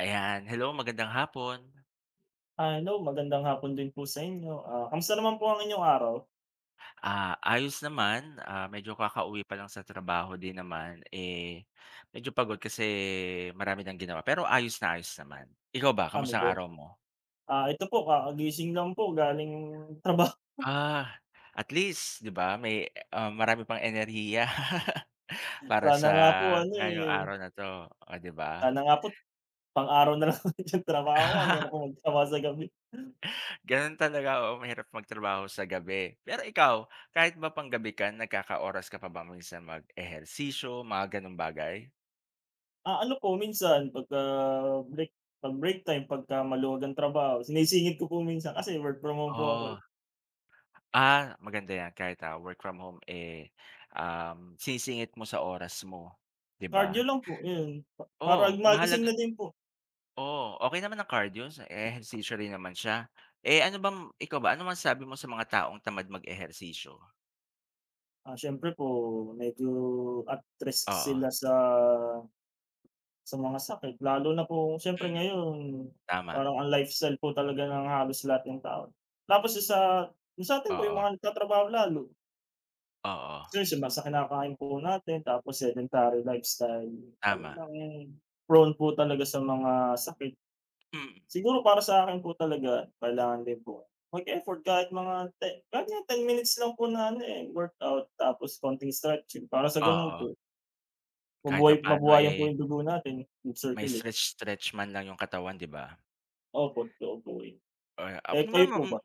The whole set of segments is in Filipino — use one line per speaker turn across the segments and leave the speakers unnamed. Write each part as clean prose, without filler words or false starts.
Ayan, hello, magandang hapon.
Ah, hello, magandang hapon din po sa inyo. Ah, kamusta naman po ang inyong araw?
Ayos naman, medyo kakauwi pa lang sa trabaho din naman, eh, medyo pagod kasi marami ng ginawa, pero ayos na ayos naman. Ikaw ba,
Tama
kamusta
po.
ang araw mo?
Ah, ito po kakagising lang po galing trabaho.
Ah, at least 'di ba may, marami pang enerhiya para
Sana
sa
nga po ano,
ngayong
eh,
araw na 'to, oh, 'di ba?
sana nga po pang-araw na lang ulit yung trabaho ko. Ang hirap po magtrabaho sa gabi.
Gano'n talaga, oo, mahirap magtrabaho sa gabi. Pero ikaw, kahit ba pang gabi ka, ka pa ba minsan mag-ehersisyo, mga gano'ng bagay?
Ah, ano po minsan break pag break time pagka maluwag ang trabaho sinisingit ko po minsan, kasi work from home po ako, eh.
Oh. Maganda 'yan kahit, work from home, eh, sinisingit mo sa oras mo, 'di
Cardio
ba?
lang po 'yun pa para
Oo,
magising
mahalaga.
na din po.
Oo, okay naman ang cardio, sa ehersisyo rin naman siya. Eh, ano bang ikaw ba, ano masabi mo sa mga taong tamad mag-ehersisyo?
Ah, siyempre po medyo at risk
Oo.
sila sa mga sakit, lalo na kung siyempre
Hmm,
ngayon
tama.
parang ang lifestyle po talaga ng halos lahat ng tao. Tapos sa yung po yung
Oo,
mga nagtatrabaho lalo,
oo,
seryoso ba sa kinakain po natin, tapos sedentary lifestyle,
tama.
talagang prone po talaga sa mga sakit.
Mm,
Siguro para sa akin po talaga kailangan din po mag-effort, kahit mga te kahit nga 10 minutes lang po na ano, eh, workout tapos konting stretching para sa gano'n
oo,
po
kahit pa paano
mabuhayan po
eh,
yung dugo natin,
may
mag-circulate.
stretch stretch man lang yung katawan, 'di ba?
Opo, totoo po 'yun.
Ay, ako
Eh,
naman
kayo
ma
po
m
ba?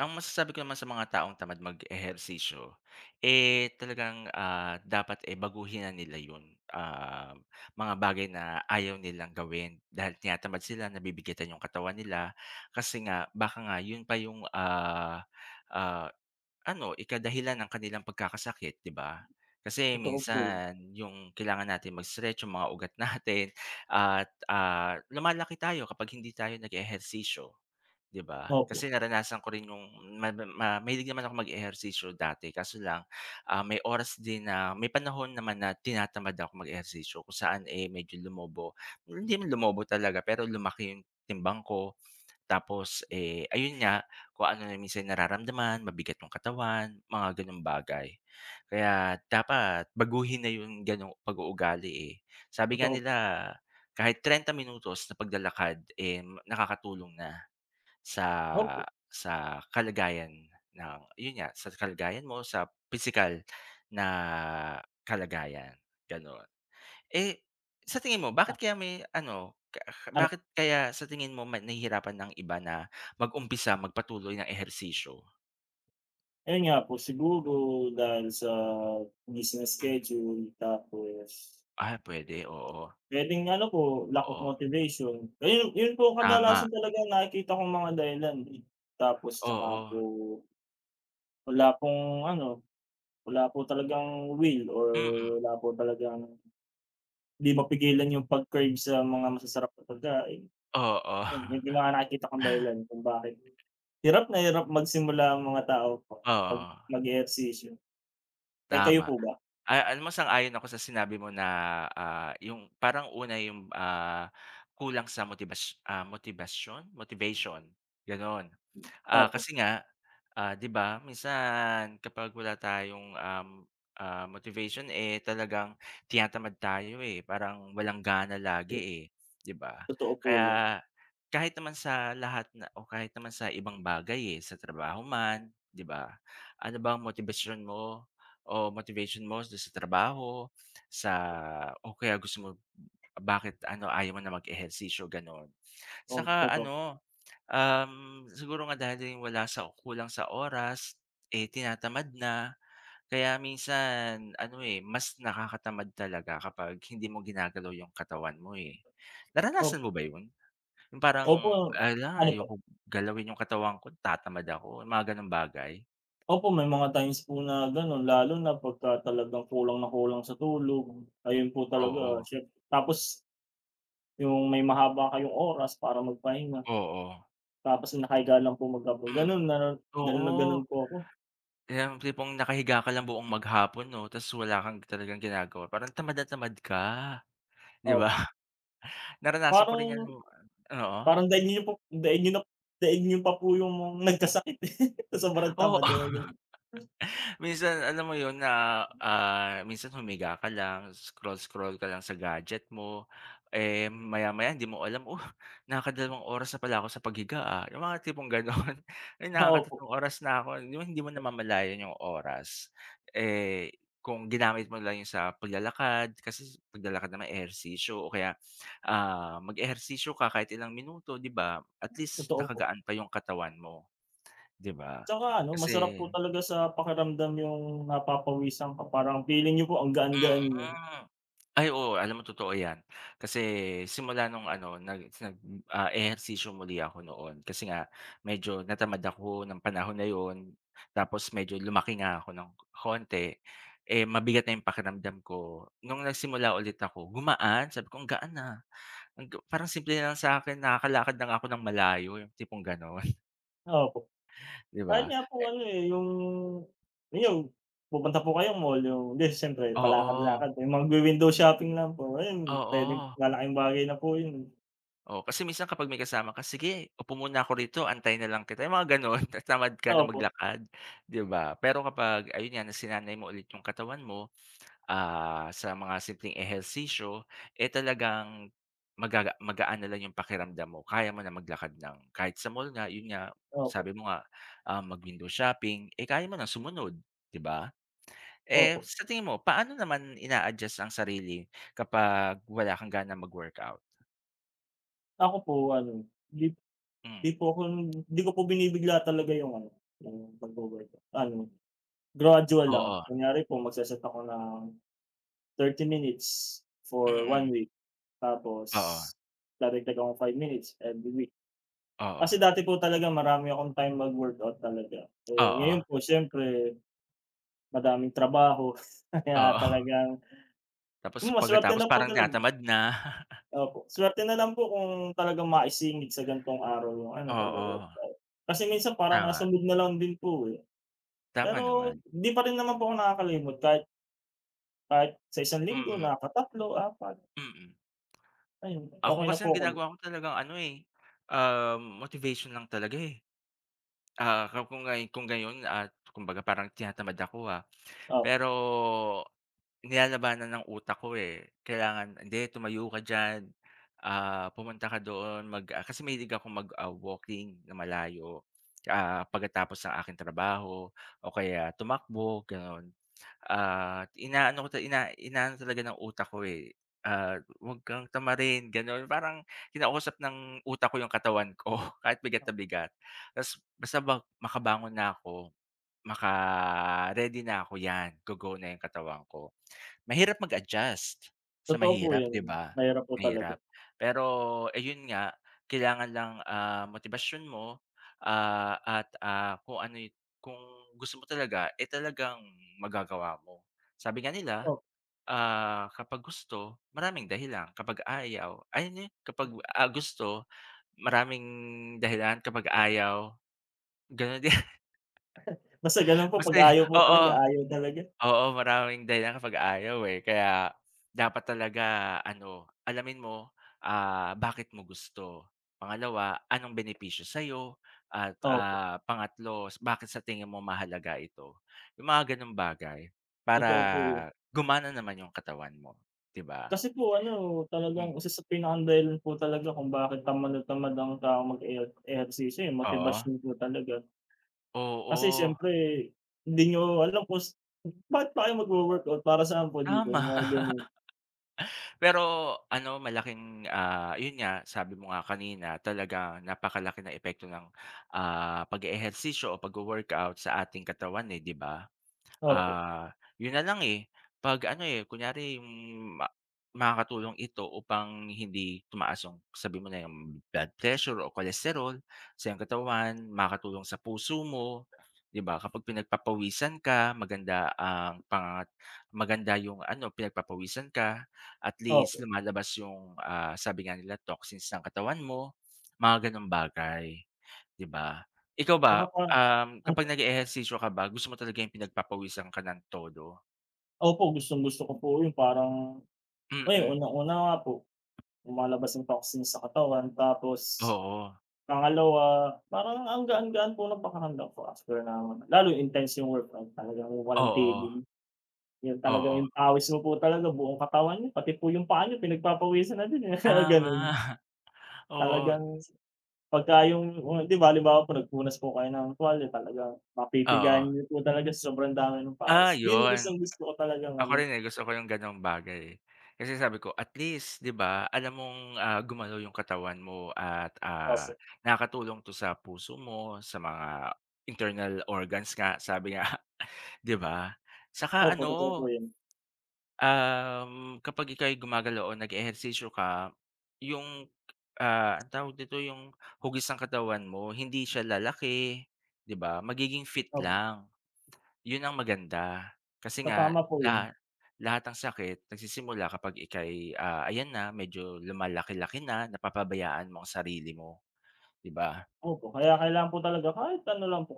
ang masasabi ko naman sa mga taong tamad mag-ehersisyo, eh, talagang, dapat, eh, baguhin na nila 'yun, mga bagay na ayaw nilang gawin dahil tinatamad sila, nabibigatan yung katawan nila. Kasi nga baka nga 'yun pa yung, ah, ano, ikadahilan ng kanilang pagkakasakit, 'di ba? Kasi
Totoo po yun.
minsan yung kailangan natin mag-stretch yung mga ugat natin at, lumalaki tayo kapag hindi tayo nag-ehersisyo. 'Di ba?
Opo,
Kasi naranasan ko rin yung ma ma mahilig naman ako mag-ehersisyo dati kaso lang, may oras din na may panahon naman na tinatamad ako mag-ehersisyo kung saan, eh, medyo lumobo. Hindi naman lumobo talaga pero lumaki yung timbang ko. Tapos, eh, ayun nga, kung ano na minsan nararamdaman, mabigat yung katawan, mga gano'ng bagay. Kaya dapat baguhin na yung gano'ng pag-uugali, eh. Sabi nga
totoo po.
nila kahit 30 minutos na paglalakad, eh, nakakatulong na. Sa
Opo,
sa kalagayan ng yun nga, sa kalagayan mo, sa pisikal na kalagayan, gano'n. Eh, sa tingin mo
a
bakit kaya may ano, ka ka
ano,
bakit kaya sa tingin mo nahihirapan ang iba na mag-umpisa magpatuloy ng ehersisyo?
ayun nga po, siguro dahil sa busy na
Mhm.
schedule, tapos
Puwede, oo.
puwedeng ano po, lack of
Oo,
motivation. Ayun, yun po
tama.
kadalasan talaga yung nakikita kong mga dahilan, eh. Tapos tsaka
Oo.
po wala pong ano, wala po talagang will or
Mm.
wala po talagang hindi mapigilan yung pag-crave sa mga masasarap na pagkain.
Oo.
Ayun, yun yung mga nakikita kong dahilan kung bakit hirap na hirap magsimula ang mga tao po 'pag
Oo,
mag-ehersisyo. Eh, kayo
tama.
po ba?
Alam mo, sang-ayon ako sa sinabi mo na, yung parang una yung, kulang sa motibasyon, motivation, gano'n.
Opo,
Kasi nga. 'Di ba minsan kapag wala tayong, motivation, eh, talagang tinatamad tayo, eh, parang walang gana lagi, eh, 'di ba?
totoo po 'yun.
Kaya kahit naman sa lahat na o kahit naman sa ibang bagay, eh, sa trabaho man, 'di ba? Ano ba ang motibasyon mo o motivation mo do'n sa trabaho, sa, o kaya gusto mo, bakit ano, ayaw mo na mag-ehersisyo, gano'n.
Opo,
Saka
totoo.
ano. Siguro nga dahil din wala sa kulang sa oras, eh, tinatamad na. Kaya minsan ano, eh, mas nakakatamad talaga kapag hindi mo ginagalaw yung katawan mo, eh. Naranasan
Opo,
mo ba yun? Yung
opo,
parang, "ala,
ano po?
ayokong galawin yung katawan ko, tatamad ako." Yung mga gano'ng bagay?
Opo, may mga times po na gano'n, lalo na pagka talagang kulang na kulang sa tulog, ayun po talaga,
Oo,
tapos yung may mahaba kayong oras para magpahinga,
oo,
tapos nakahiga lang po magkape,
mm.
gano'n na gano'n na gano'n
Oo,
po ako.
yung tipong nakahiga ka lang buong maghapon 'no, ta's wala kang talagang ginagawa, parang tamad na tamad ka, 'di ba?
Opo,
Naranasan ko
parang
rin 'yan, oo.
parang daig niyo po, daig niyo na, daig niyo pa po yung nagkasakit, eh, sa sobrang
Oo.
tamad, gano'n.
Minsan alam mo yun na, minsan humiga ka lang, scroll-scroll ka lang sa gadget mo, eh, maya-maya hindi mo alam, "Oh, nakakadalawang oras na pala ako sa paghiga, ah." Yung mga tipong gano'n. "Ay,
Opo,
nakakatatlong oras na ako." Yung hindi mo namamalayan yung oras. Eh, kung ginamit mo lang yung sa paglalakad, kasi paglalakad naman ehersisyo o kaya, mag-ehersisyo ka kahit ilang minuto, 'di ba? At least
totoo po.
nakagaan pa yung katawan mo, 'di ba?
Tsaka ano, masarap po
Kasi.
talaga sa pakiramdam yung napapawisan ka, parang feeling niyo po ang gaan-gaan niyo.
Mm. Ay, oo, alam mo totoo 'yan. Kasi simula nung ano nag nag, ah, ehersisyo muli ako noon kasi nga medyo natamad ako ng panahon na 'yon. Tapos medyo lumaki nga ako ng konti, eh, mabigat na 'yung pakiramdam ko. Nung nagsimula ulit ako gumaan, sabi ko, "Ang gaan na." Ang ga Parang simple na lang sa'kin, nakakalakad na nga ako ng malayo 'yung tipong gano'n,
Opo,
'di
kahit
ba?
nga po
Eh,
ano, eh, yung ayun, pupunta po kayong mall, yung 'di siyempre
oo,
palakad-lakad, yung magwi-window shopping lang po, ayun puwedeng
oo.
malaking bagay na po yun.
Oo, kasi minsan kapag may kasama ka, "Sige, upo muna ako rito, antayin na lang kita." Yung mga gano'n, tas tamad ka na
Opo,
maglakad, 'di ba? Pero kapag ayun nga, nasinanay mo ulit yung katawan mo, sa mga simpleng ehersisyo, eh, talagang magaan na lang yung pakiramdam mo. Kaya mo na maglakad ng kahit sa mall nga, yun nga,
opo,
sabi mo nga, mag-window shopping, eh, kaya mo na sumunod, 'di ba? Eh,
opo.
sa tingin mo, paano naman ina-adjust ang sarili kapag wala kang ganang mag-workout?
Ako po ano, 'di 'di
Hmm,
po ako, di ko po binibigla talaga yung ano, yung pagwo-workout, ano, gradual lang.
oo,
Kunyari po magse-set ako ng 30 minutes for one
mm.
week, tapos
Oo,
dadagdag akong 5 minutes every week.
oo,
Kasi dati po talaga marami akong time mag-workout talaga. Eh,
oo,
ngayon po siyempre madaming trabaho, kaya
oo.
talagang
Tapos
masuwerte
pagkatapos
na po
parang
talaga.
tinatamad na.
Opo, swerte na lang po kung talagang maisingit sa gantong araw yung ano,
Oo,
pagwo-workout. Kasi minsan parang nasa
tama.
mood na lang din po, eh.
Tama
Pero
naman.
'di pa rin naman po ako nakakalimot, kahit kahit sa isang linggo
Mm,
nakaka-tatlo, 4,
mm.
ayun
Ako
okey na
kasi,
po
ang
ako do'n.
ginagawa ko talagang ano, eh, motivation lang talaga, eh. Kung gayon at kumbaga parang tinatamad ako, ah. Pero nilalabanan ng utak ko, eh. Kailangan, "Hindi, tumayo ka diyan, pumunta ka doon mag" kasi mahilig akong mag, walking na malayo, pagkatapos ng aking trabaho o kaya tumakbo, gano'n. At inaano ko ta ina inaano talaga ng utak ko, eh, "Huwag kang tamarin," gano'n. Parang kinakausap ng utak ko yung katawan ko kahit bigat na
Opo.
bigat. Tas basta bang makabangon na ako, maka-ready na ako, 'yan, go-go na 'yung katawan ko. Mahirap mag-adjust sa
Totoo po
mahirap,
'yan,
'di ba?
mahirap po talaga.
Mahirap. Pero ayun nga, kailangan lang, motibasyon mo, at, kung ano yu kung gusto mo talaga, eh, talagang magagawa mo. Sabi nga nila,
Oh,
kapag gusto, maraming dahilan, kapag ayaw ay ano, kapag, gusto, maraming dahilan, kapag ayaw. Gano'n din.
basta gano'n po,
Basta
'pag
yun,
ayaw po talaga,
oo,
ayaw talaga.
oo, maraming dahilan kapag ayaw, eh, kaya dapat talaga ano, alamin mo, bakit mo gusto. Pangalawa, anong benepisyo sa'yo at,
Opo,
pangatlo, bakit sa tingin mo mahalaga ito. Yung mga gano'ng bagay para
totoo po 'yun.
gumana naman yung katawan mo, 'di ba?
Kasi po ano, talagang
Hmm,
isa sa pinakadahilan po talaga kung bakit tamad na tamad ang taong ehersisyo, eh,
oo,
motibasyon po talaga. Kasi
oo,
siyempre hindi niyo alam kung s bakit pa kayo magwo-workout, para saan po, 'di ba, yung
tama.
mga gano'n.
Pero ano, malaking, yun nga, sabi mo nga kanina, talagang napakalaki ng epekto ng, pag-eehersisyo o pag workout sa ating katawan, eh, 'di ba?
Opo,
Yun na lang, eh, 'pag ano, eh, kunyari yung ma makakatulong ito upang hindi tumaas yung sabihin mo na yung blood pressure o cholesterol sa iyong katawan, makakatulong sa puso mo, 'di ba? Kapag pinagpapawisan ka, maganda ang maganda yung ano, pinagpapawisan ka, at least
opo.
lumalabas yung, sabi nga nila toxins ng katawan mo, mga gano'ng bagay, 'di ba? Ikaw
Tsaka
ba,
parang opo,
Kapag nag-eehersisyo ka ba gusto mo talaga yung pinagpapawisan ka ng todo?
opo, gustong-gusto ko po 'yun, parang ay
Mm.
unang-una nga po, lumalabas yung toxins sa katawan, tapos
Oo,
pangalawa, parang ang gaan-gaan po ng pakiramdam ko after ng lalo intense yung workout, talagang walang
oo,
tigil. Yun talaga,
oo.
yung pawis mo po talaga buong katawan niyo, pati po yung paa niyo pinagpapawisan na din, eh,
Tama.
gano'n.
Oo,
Talagang pagka yung mga 'di ba, halimbawa po nagpunas po kayo ng tuwalya talagang
oo.
mapipigayan niyo po talaga sa sobrang dami ng pawis. Yun yung
Yun.
gustong-gusto ko talagang
Ako
ano.
rin, eh, gusto ko yung gano'ng bagay, eh. Kasi sabi ko at least 'di ba alam mong, gumalaw yung katawan mo at,
Opo,
nakakatulong 'to sa puso mo, sa mga internal organs nga sabi nga, 'di ba? Saka
opo, totoo po
ano.
yun.
Kapag ika'y gumagalaw o nag-ehersisyo ka, yung, anong tawag dito, yung hugis ng katawan mo hindi siya lalaki, 'di ba? Magiging fit
Opo,
lang, 'yun ang maganda. Kasi nga
tatama po yun.
lahat lahat ng sakit nagsisimula kapag ika'y, ayan na medyo lumalaki-laki na, napapabayaan mo ang sarili mo, 'di ba?
Opo, kaya kailangan po talaga kahit ano lang po,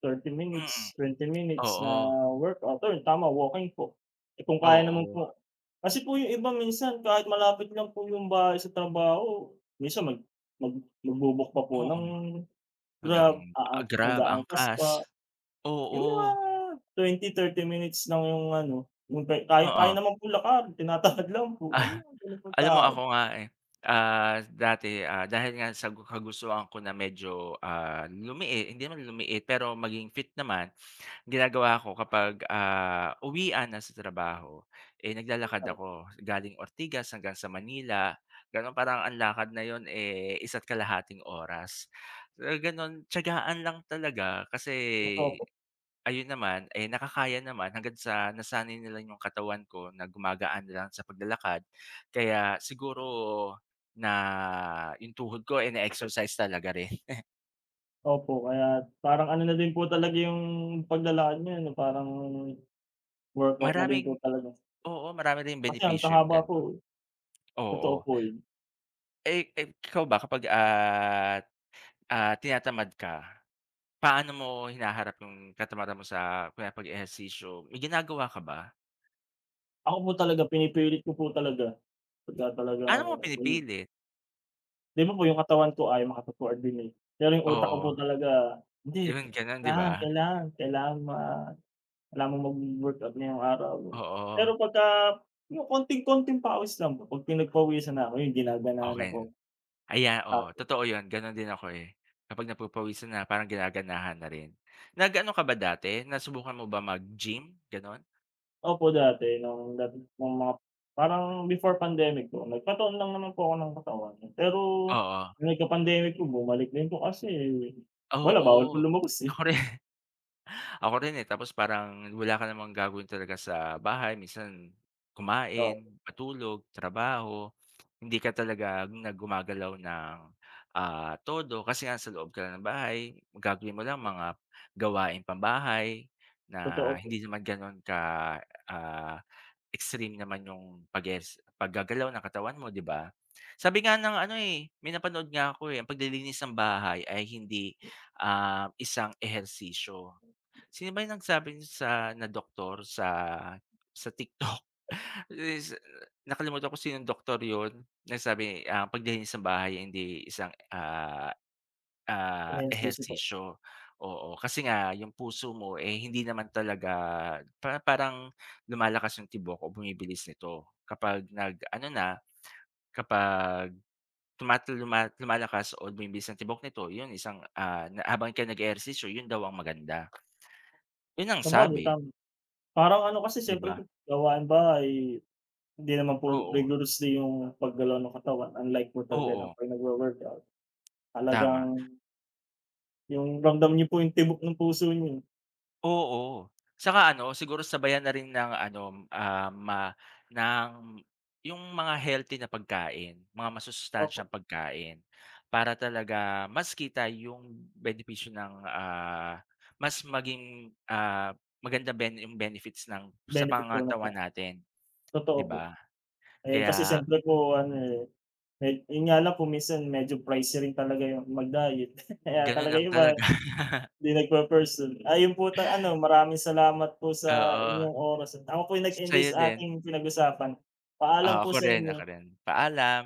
thirty
Mm,
minutes, twenty minutes na
oo,
workout, ayun tama, walking po. Eh, kung kaya naman
oo,
po kasi po yung iba minsan, kahit malapit lang po yung bahay sa trabaho, minsan mag mag magbo pa po ng
oo,
Grab,
ng, grab,
mag-aangkas
angkas,
pa, yung
oo,
mga 20-30 minutes lang yung ano, yung pe kaya kaya
oo.
naman po lakarin, tinatamad lang po, ano mga gano'n pong
Alam mo
tao.
ako nga, eh, dati, dahil nga sa kagustuhan ko na medyo, lumiit, hindi naman lumiit pero maging fit naman, ginagawa ko kapag, uwian na sa trabaho, eh, naglalakad ako galing Ortigas hanggang sa Manila, gano'n. Parang ang lakad na yon eh, isa't kalahating oras, gano'n. Tiyagaan lang talaga kasi
Totoo po.
ayun naman, eh, nakakaya naman hangga't sa nasanay nila lang 'yung katawan ko na gumagaan na lang sa paglalakad. Kaya siguro na 'yung tuhod ko, eh, na-exercise talaga rin.
Opo, kaya parang ano na din po talaga yung paglalakad ngayon, eh, parang workout na din po
Maraming
talaga.
oo, marami ring
Kasi ang
benepisyo 'yung
haba po,
gano'n,
eh, totoo
oo.
po yun.
Eh eh, ikaw ba kapag, tinatamad ka, paano mo hinaharap yung katamaran mo sa kunwari pag-ehersisyo, may ginagawa ka ba?
Ako po talaga pinipilit ko po talaga pagka talagang
Paano
ano,
mo pinipilit?
'di ba po yung katawan ko ayaw makapag-coordinate, pero yung utak ko po
Oo,
talaga, "Hindi,
yun gano'n, 'di ba?
kailangan, kailangan, kailangan kailangan mong mag-workout ngayong araw." Pero
Oo,
pagka yung konting-konting pawis lang po, 'pag pinagpawisan na ako, yun ginaganahan na
okey.
po.
Ayan, oo, totoo yun, gano'n din ako, eh. Kapag napupawisan na parang ginaganahan na rin. Nag-ano ka ba dati, nasubukan mo ba mag-gym, gano'n?
Opo, dati nung mga parang before pandemic po, nagpataon lang naman po ako ng katawan. Pero
Oo,
nung nagka-pandemic po, bumalik din po kasi wala, bawal po
oo.
lumabas, eh.
Ako rin. Ako rin, eh, tapos parang wala ka namang gagawin talaga sa bahay minsan
Oo,
kumain, matulog, trabaho. Hindi ka talaga nagumagalaw ng, todo kasi nga sa loob ka lang ng bahay, gagawin mo lang mga gawaing pambahay na
totoo po,
hindi naman gano'n ka, ah, extreme naman yung paggagalaw ng katawan mo, 'di ba? Sabi nga ng ano, eh, may napanood nga ako, eh, ang paglilinis ng bahay ay hindi, isang ehersisyo. Sino ba yung nagsabi niyan, sa na doktor sa TikTok, is nakalimutan ko sinong doktor yun, nagsabi ang paglilinis ng bahay hindi isang,
ehersisyo po.
ehersisyo. Oo, kasi nga yung puso mo, eh, hindi naman talaga parang lumalakas yung tibok o bumibilis nito kapag nag-ano na, kapag tumatal luma lumalakas o bumibilis ang tibok nito, yun isang, na habang ika'y nag-ehersisyo, yun daw ang maganda. Yun ang
Sabagay
sabi,
tama, parang ano kasi
'di
siyempre
ba?
po gawaing bahay, hindi naman po
Oo,
rigorously yung paggalaw ng katawan unlike po talaga ng
oo,
'pag nagwo-workout.
tama.
Talagang yung ramdam niyo po yung tibok ng puso niyo,
Oo, saka ano siguro sabayan na rin ng ano, ma ng yung mga healthy na pagkain, mga
opo,
masusustansyang pagkain. Para talaga mas kita yung benepisyo ng, mas maging, maganda yung benefits ng sa
benefit po na
pangangatawan
po,
natin,
totoo
'di
po.
ba?
Eh, kasi
Kaya
siyempre po ano, eh, me yun nga lang kung minsan medyo pricey rin talaga yung mag-diet, kaya
gano'n
talaga
lang
yung iba
talaga.
'di nagpe-person. Ayun po ta ano, maraming salamat po sa
Oo,
inyong oras, at ako po'y nag-enjoy
sa'yo
sa
din.
ating pinag-usapan.
Oo,
Paalam po
ako
sa
rin, ako
inyo.
rin. Paalam.